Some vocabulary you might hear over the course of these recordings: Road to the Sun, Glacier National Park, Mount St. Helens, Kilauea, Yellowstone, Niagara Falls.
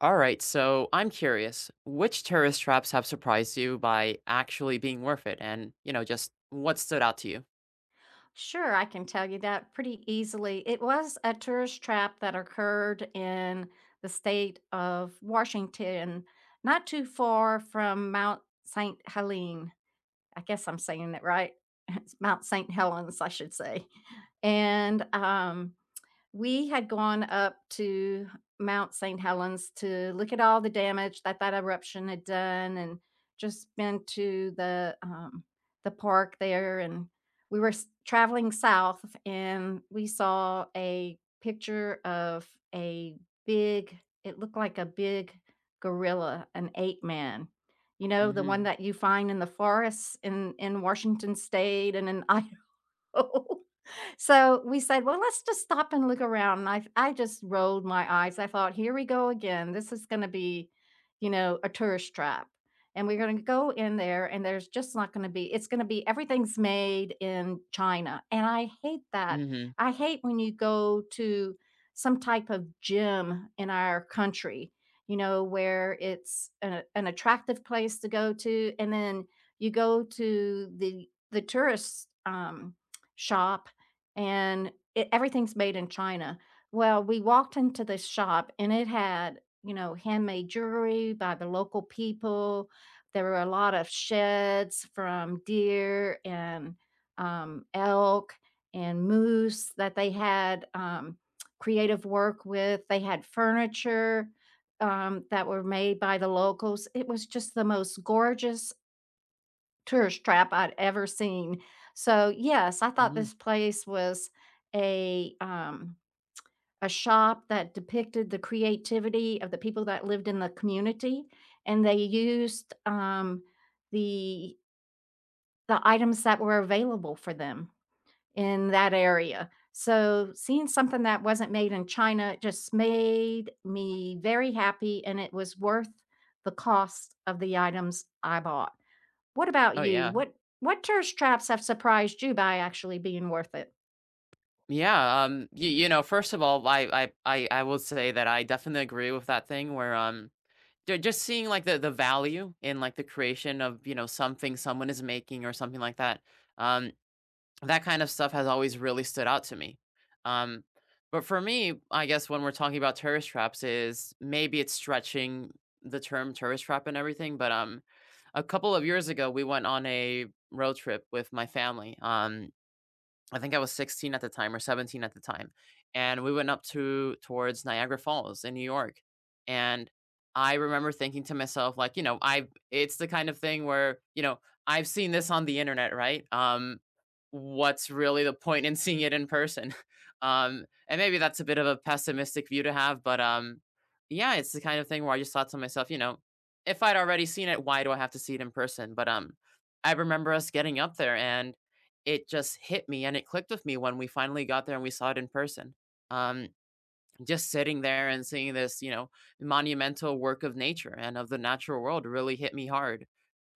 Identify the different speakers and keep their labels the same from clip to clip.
Speaker 1: All right, so I'm curious, which tourist traps have surprised you by actually being worth it? Just what stood out to you?
Speaker 2: Sure, I can tell you that pretty easily. It was a tourist trap that occurred in the state of Washington, not too far from Mount St. Helene. I guess I'm saying it right. It's Mount St. Helens, I should say. And We had gone up to Mount St. Helens to look at all the damage that that eruption had done and just been to the the park there, and traveling south and we saw a picture of a big, it looked like a big gorilla, an ape man, you know, the one
Speaker 1: Mhm.
Speaker 2: that you find in the forests in Washington state and in Idaho. So we said, well, let's just stop and look around. And I just rolled my eyes. I thought, here we go again. This is going to be, you know, a tourist trap. And we're going to go in there, and there's just not going to be, it's going to be everything's made in China. And I hate that.
Speaker 1: Mhm.
Speaker 2: I hate when you go to some type of gym in our country, you know, where it's an attractive place to go to. And then you go to the tourist shop, and it, everything's made in China. Well, we walked into this shop and it had, you know, handmade jewelry by the local people. There were a lot of sheds from deer and elk and moose that they had creative work with. They had furniture that were made by the locals. It was just the most gorgeous tourist trap I'd ever seen. So, yes, I thought
Speaker 1: Mhm.
Speaker 2: this place was a, um, a shop that depicted the creativity of the people that lived in the community, and they used, the the items that were available for them in that area. So, seeing something that wasn't made in China just made me very happy, and it was worth the cost of the items I bought. What about
Speaker 1: Oh
Speaker 2: you?
Speaker 1: yeah.
Speaker 2: What tourist traps have surprised you by actually being worth it?
Speaker 1: Yeah, you know, first of all, I will say that I definitely agree with that thing where just seeing like the value in, like, the creation of, you know, something someone is making or something like that. Um that kind of stuff has always really stood out to me. Um, but for me, I guess when we're talking about tourist traps, is maybe it's stretching the term tourist trap and everything. But A couple of years ago, we went on a road trip with my family. I think I was 16 at the time or 17 at the time, and we went up to towards Niagara Falls in New York, and I remember thinking to myself, like, you know, I it's the kind of thing where, you know, I've seen this on the internet, right? What's really the point in seeing it in person? And maybe that's a bit of a pessimistic view to have, but yeah, it's the kind of thing where I just thought to myself, you know, if I'd already seen it, why do I have to see it in person? But I remember us getting up there, and it just hit me and it clicked with me when we finally got there and we saw it in person. Um, just sitting there and seeing this, you know, monumental work of nature and of the natural world really hit me hard.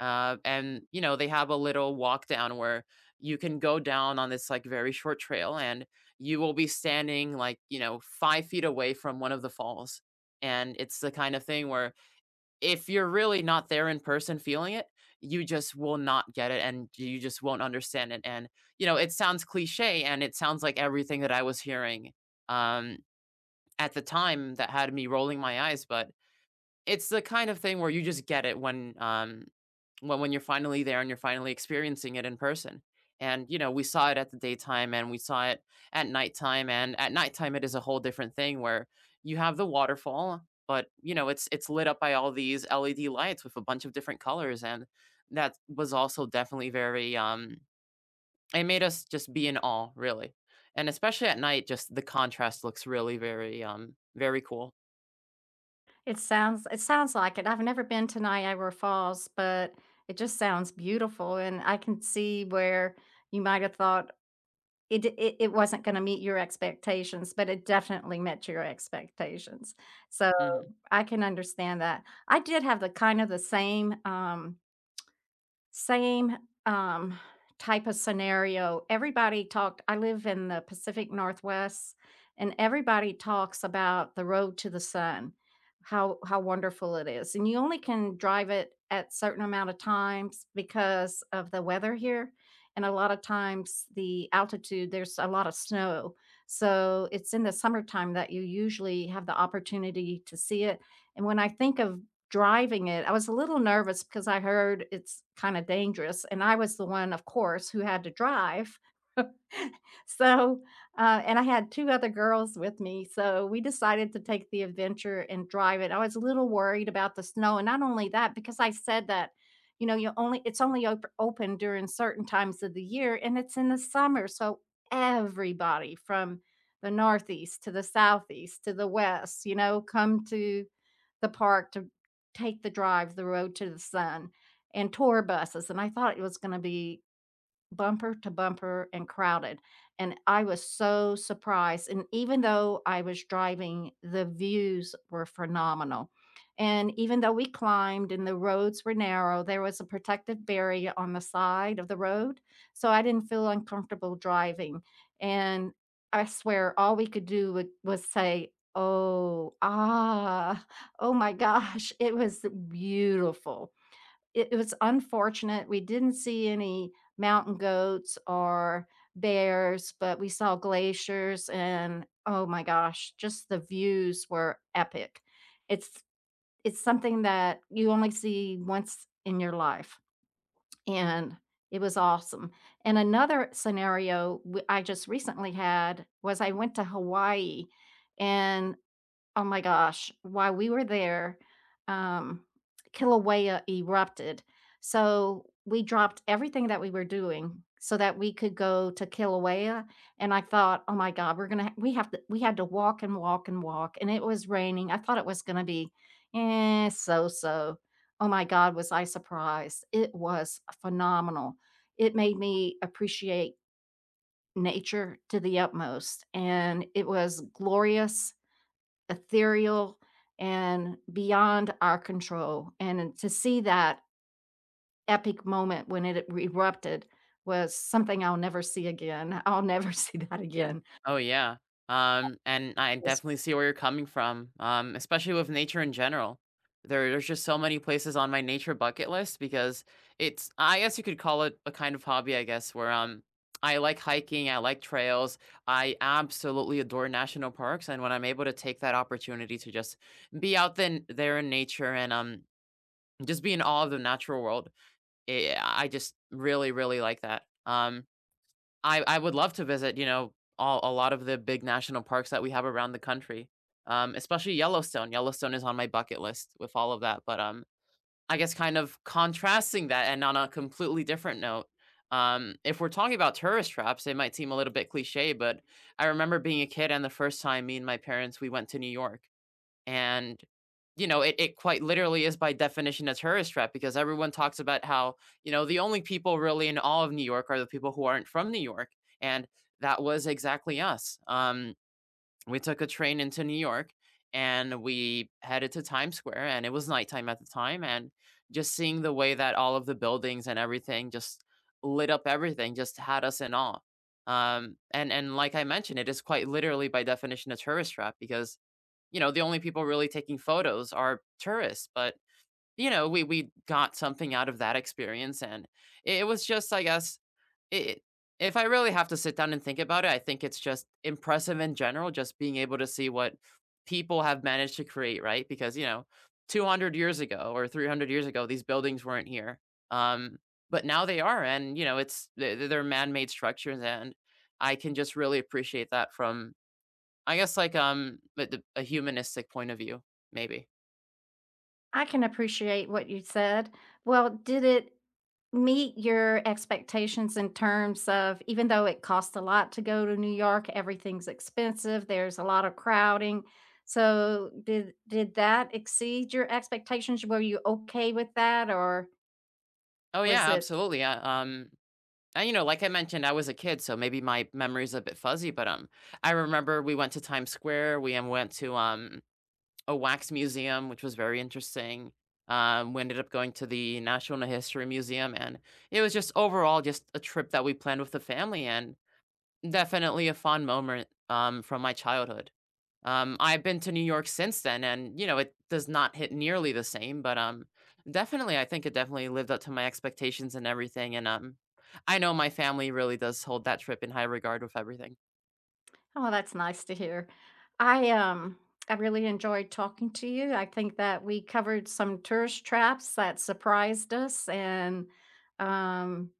Speaker 1: And you know, they have a little walk down where you can go down on this, like, very short trail, and you will be standing like, you know, 5 feet away from one of the falls. And it's the kind of thing where if you're really not there in person feeling it, you just will not get it and you just won't understand it. And, you know, it sounds cliche and it sounds like everything that I was hearing um, at the time that had me rolling my eyes, but it's the kind of thing where you just get it when you're finally there and you're finally experiencing it in person. And, you know, we saw it at the daytime and we saw it at nighttime, and at nighttime it is a whole different thing where you have the waterfall, but, you know, it's lit up by all these LED lights with a bunch of different colors, and that was also definitely very, it made us just be in awe, really. And especially at night, just the contrast looks really very, very cool.
Speaker 2: It sounds like it. I've never been to Niagara Falls, but it just sounds beautiful, and I can see where you might have thought it d it it wasn't gonna meet your expectations, but it definitely met your expectations, so
Speaker 1: Mhm.
Speaker 2: I can understand that. I did have the kind of the same, same, um, type of scenario. Everybody talked I live in the Pacific Northwest, and everybody talks about the road to the sun, how wonderful it is, and you only can drive it at certain amount of times because of the weather here, and a lot of times the altitude, there's a lot of snow, so it's in the summertime that you usually have the opportunity to see it, and when I think of driving it, I was a little nervous because I heard it's kinda dangerous, and I was the one, of course, who had to drive. So, and I had 2 other girls with me, so we decided to take the adventure and drive it. I was a little worried about the snow, and not only that, because I said that, you know, you only it's only op open during certain times of the year, and it's in the summer, so everybody from the Northeast to the Southeast to the West, you know, come to the park to take the drive, the road to the sun, and tour buses, and I thought it was gonna be bumper to bumper and crowded. And I was so surprised. And even though I was driving, the views were phenomenal. And even though we climbed and the roads were narrow, there was a protective barrier on the side of the road. So I didn't feel uncomfortable driving. And I swear, all we could do was say, oh, ah, oh my gosh, it was beautiful. It was unfortunate. We didn't see any mountain goats or bears, but we saw glaciers and, oh my gosh, just the views were epic. It's it's something that you only see once in your life, and it was awesome. And another scenario w I just recently had was I went to Hawaii, and oh my gosh, while we were there, um, Kilauea erupted. So we dropped everything that we were doing so that we could go to Kilauea, and I thought, "Oh my god, we had to walk and walk and walk," and it was raining. I thought it was gonna be, eh, so-so. Oh my god, was I surprised. It was phenomenal. It made me appreciate nature to the utmost, and it was glorious, ethereal, and beyond our control. And to see that epic moment when it erupted was something I'll never see again. I'll never see that again.
Speaker 1: Oh yeah. And I
Speaker 2: Yes.
Speaker 1: definitely see where you're coming from. Especially with nature in general. There's just so many places on my nature bucket list because it's, I guess you could call it a kind of hobby, I guess, where I like hiking, I like trails, I absolutely adore national parks, and when I'm able to take that opportunity to just be out then there in nature and just be in awe of the natural world, I just really, really like that. I would love to visit, you know, all a lot of the big national parks that we have around the country. Especially Yellowstone. Yellowstone is on my bucket list with all of that, but, I guess kind of contrasting that and on a completely different note, if we're talking about tourist traps, it might seem a little bit cliche, but I remember being a kid and the first time me and my parents, we went to New York. And, you know, it quite literally is by definition a tourist trap because everyone talks about how, you know, the only people really in all of New York are the people who aren't from New York. And that was exactly us. We took a train into New York and we headed to Times Square, and it was nighttime at the time, and just seeing the way that all of the buildings and everything just lit up everything just had us in awe. And like I mentioned, it is quite literally by definition a tourist trap because, you know, the only people really taking photos are tourists, but you know, we got something out of that experience and it, was just I guess it if I really have to sit down and think about it, I think it's just impressive in general just being able to see what people have managed to create, right? Because, you know, 200 years ago or 300 years ago these buildings weren't here. Um but now they are, and you know, it's they're man-made structures, and I can just really appreciate that from, I guess, like, but the a humanistic point of view, maybe.
Speaker 2: I can appreciate what you said. Well, did it meet your expectations in terms of, even though it costs a lot to go to New York, everything's expensive, there's a lot of crowding. So did that exceed your expectations? Were you okay with that, or
Speaker 1: Oh,
Speaker 2: was
Speaker 1: yeah,
Speaker 2: it?
Speaker 1: absolutely, and, you know, like I mentioned, I was a kid, so maybe my memory's a bit fuzzy, but, I remember we went to Times Square, we, went to, a wax museum, which was very interesting, we ended up going to the National History Museum, and it was just overall just a trip that we planned with the family and definitely a fond moment, from my childhood. I've been to New York since then, and you know it does not hit nearly the same, but definitely, I think it definitely lived up to my expectations and everything. And I know my family really does hold that trip in high regard with everything.
Speaker 2: Oh, that's nice to hear. I um I really enjoyed talking to you. I think that we covered some tourist traps that surprised us, and um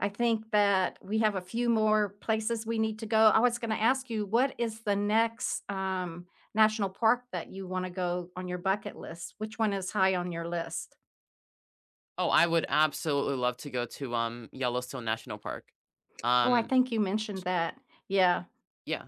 Speaker 2: I think that we have a few more places we need to go. I was going to ask you, what is the next national park that you want to go on your bucket list? Which one is high on your list?
Speaker 1: Oh, I would absolutely love to go to Yellowstone National Park.
Speaker 2: Oh, I
Speaker 1: Um,
Speaker 2: think you mentioned that. Yeah.
Speaker 1: yeah.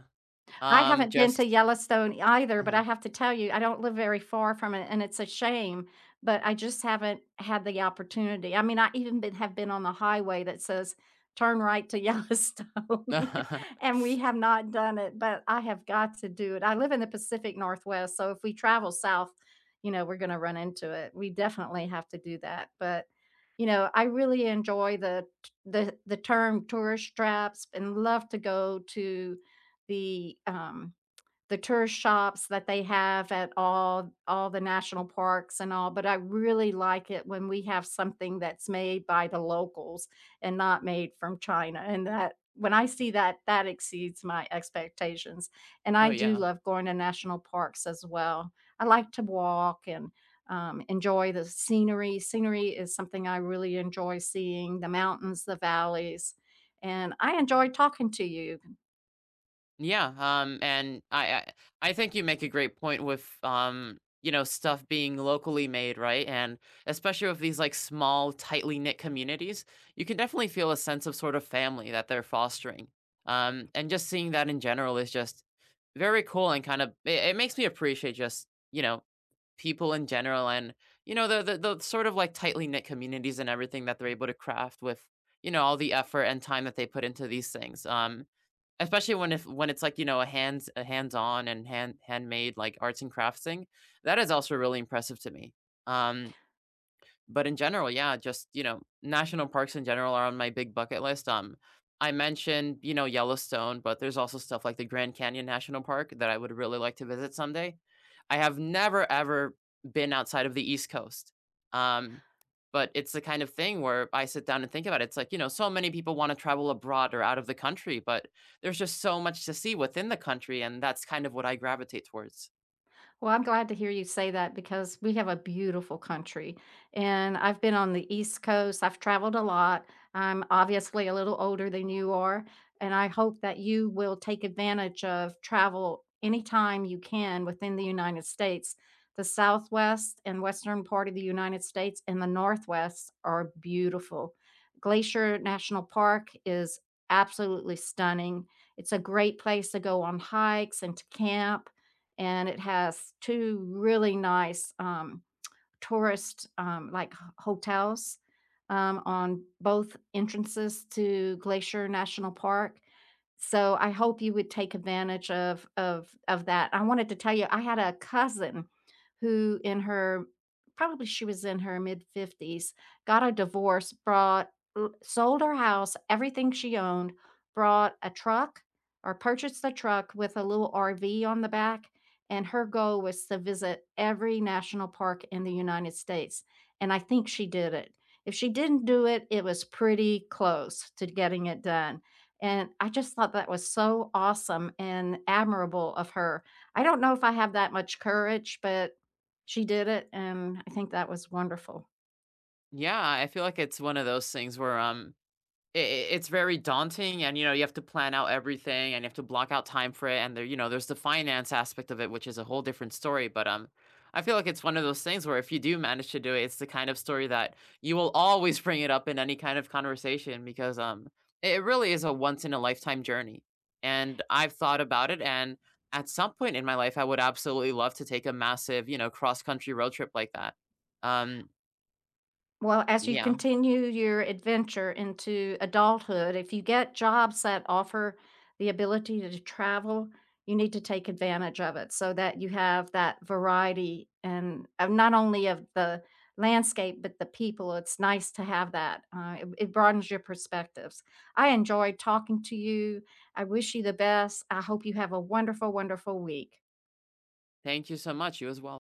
Speaker 2: I haven't been to
Speaker 1: Just
Speaker 2: Yellowstone either, but
Speaker 1: uh-huh.
Speaker 2: I have to tell you, I don't live very far from it, and it's a shame, but I just haven't had the opportunity. I mean, I even been have been on the highway that says, "Turn right to Yellowstone," and we have not done it, but I have got to do it. I live in the Pacific Northwest, so if we travel south, you know, we're gonna run into it. We definitely have to do that, but, you know, I really enjoy the term tourist traps, and love to go to the, um, the tourist shops that they have at all the national parks and all, but I really like it when we have something that's made by the locals and not made from China, and that when I see that, that exceeds my expectations, and
Speaker 1: oh
Speaker 2: I do
Speaker 1: yeah.
Speaker 2: love going to national parks as well. I like to walk and, enjoy the scenery. Scenery is something I really enjoy seeing, the mountains, the valleys, and I enjoy talking to you.
Speaker 1: And I think you make a great point with, you know, stuff being locally made, right? And especially with these, like, small, tightly knit communities, you can definitely feel a sense of sort of family that they're fostering. And just seeing that in general is just very cool, and kind of it makes me appreciate just, you know, people in general and, you know, the sort of like tightly knit communities and everything that they're able to craft with, you know, all the effort and time that they put into these things especially when if when it's like, you know, a hands-on and handmade, like, arts and crafts thing, that is also really impressive to me. Um but in general, yeah, just, you know, national parks in general are on my big bucket list. I mentioned, you know, Yellowstone, but there's also stuff like the Grand Canyon National Park that I would really like to visit someday. I have never ever been outside of the East Coast. Um, but it's the kind of thing where I sit down and think about it. It's like, you know, so many people want to travel abroad or out of the country, but there's just so much to see within the country, and that's kind of what I gravitate towards.
Speaker 2: Well, I'm glad to hear you say that because we have a beautiful country. And I've been on the East Coast. I've traveled a lot. I'm obviously a little older than you are. And I hope that you will take advantage of travel anytime you can within the United States. The Southwest and Western part of the United States and the Northwest are beautiful. Glacier National Park is absolutely stunning. It's a great place to go on hikes and to camp, and it has two really nice tourist like hotels on both entrances to Glacier National Park. So I hope you would take advantage of of that. I wanted to tell you I had a cousin who in her, probably she was in her mid 50s, got a divorce, brought sold her house, everything she owned, brought a truck or purchased a truck with a little RV on the back, and her goal was to visit every national park in the United States. And I think she did it. If she didn't do it, it was pretty close to getting it done. And I just thought that was so awesome and admirable of her. I don't know if I have that much courage, but she did it. And I think that was wonderful.
Speaker 1: Yeah, I feel like it's one of those things where I it's very daunting and, you know, you have to plan out everything and you have to block out time for it, and there you know, there's the finance aspect of it, which is a whole different story, but, I feel like it's one of those things where if you do manage to do it, it's the kind of story that you will always bring it up in any kind of conversation because, it really is a once in a lifetime journey, and I've thought about it, and at some point in my life, I would absolutely love to take a massive, you know, cross country road trip like that. Um,
Speaker 2: Well, as you
Speaker 1: yeah.
Speaker 2: continue your adventure into adulthood, if you get jobs that offer the ability to travel, you need to take advantage of it so that you have that variety and, not only of the landscape, but the people. It's nice to have that. It broadens your perspectives. I enjoyed talking to you. I wish you the best. I hope you have a wonderful, wonderful week.
Speaker 1: Thank you so much. You as well.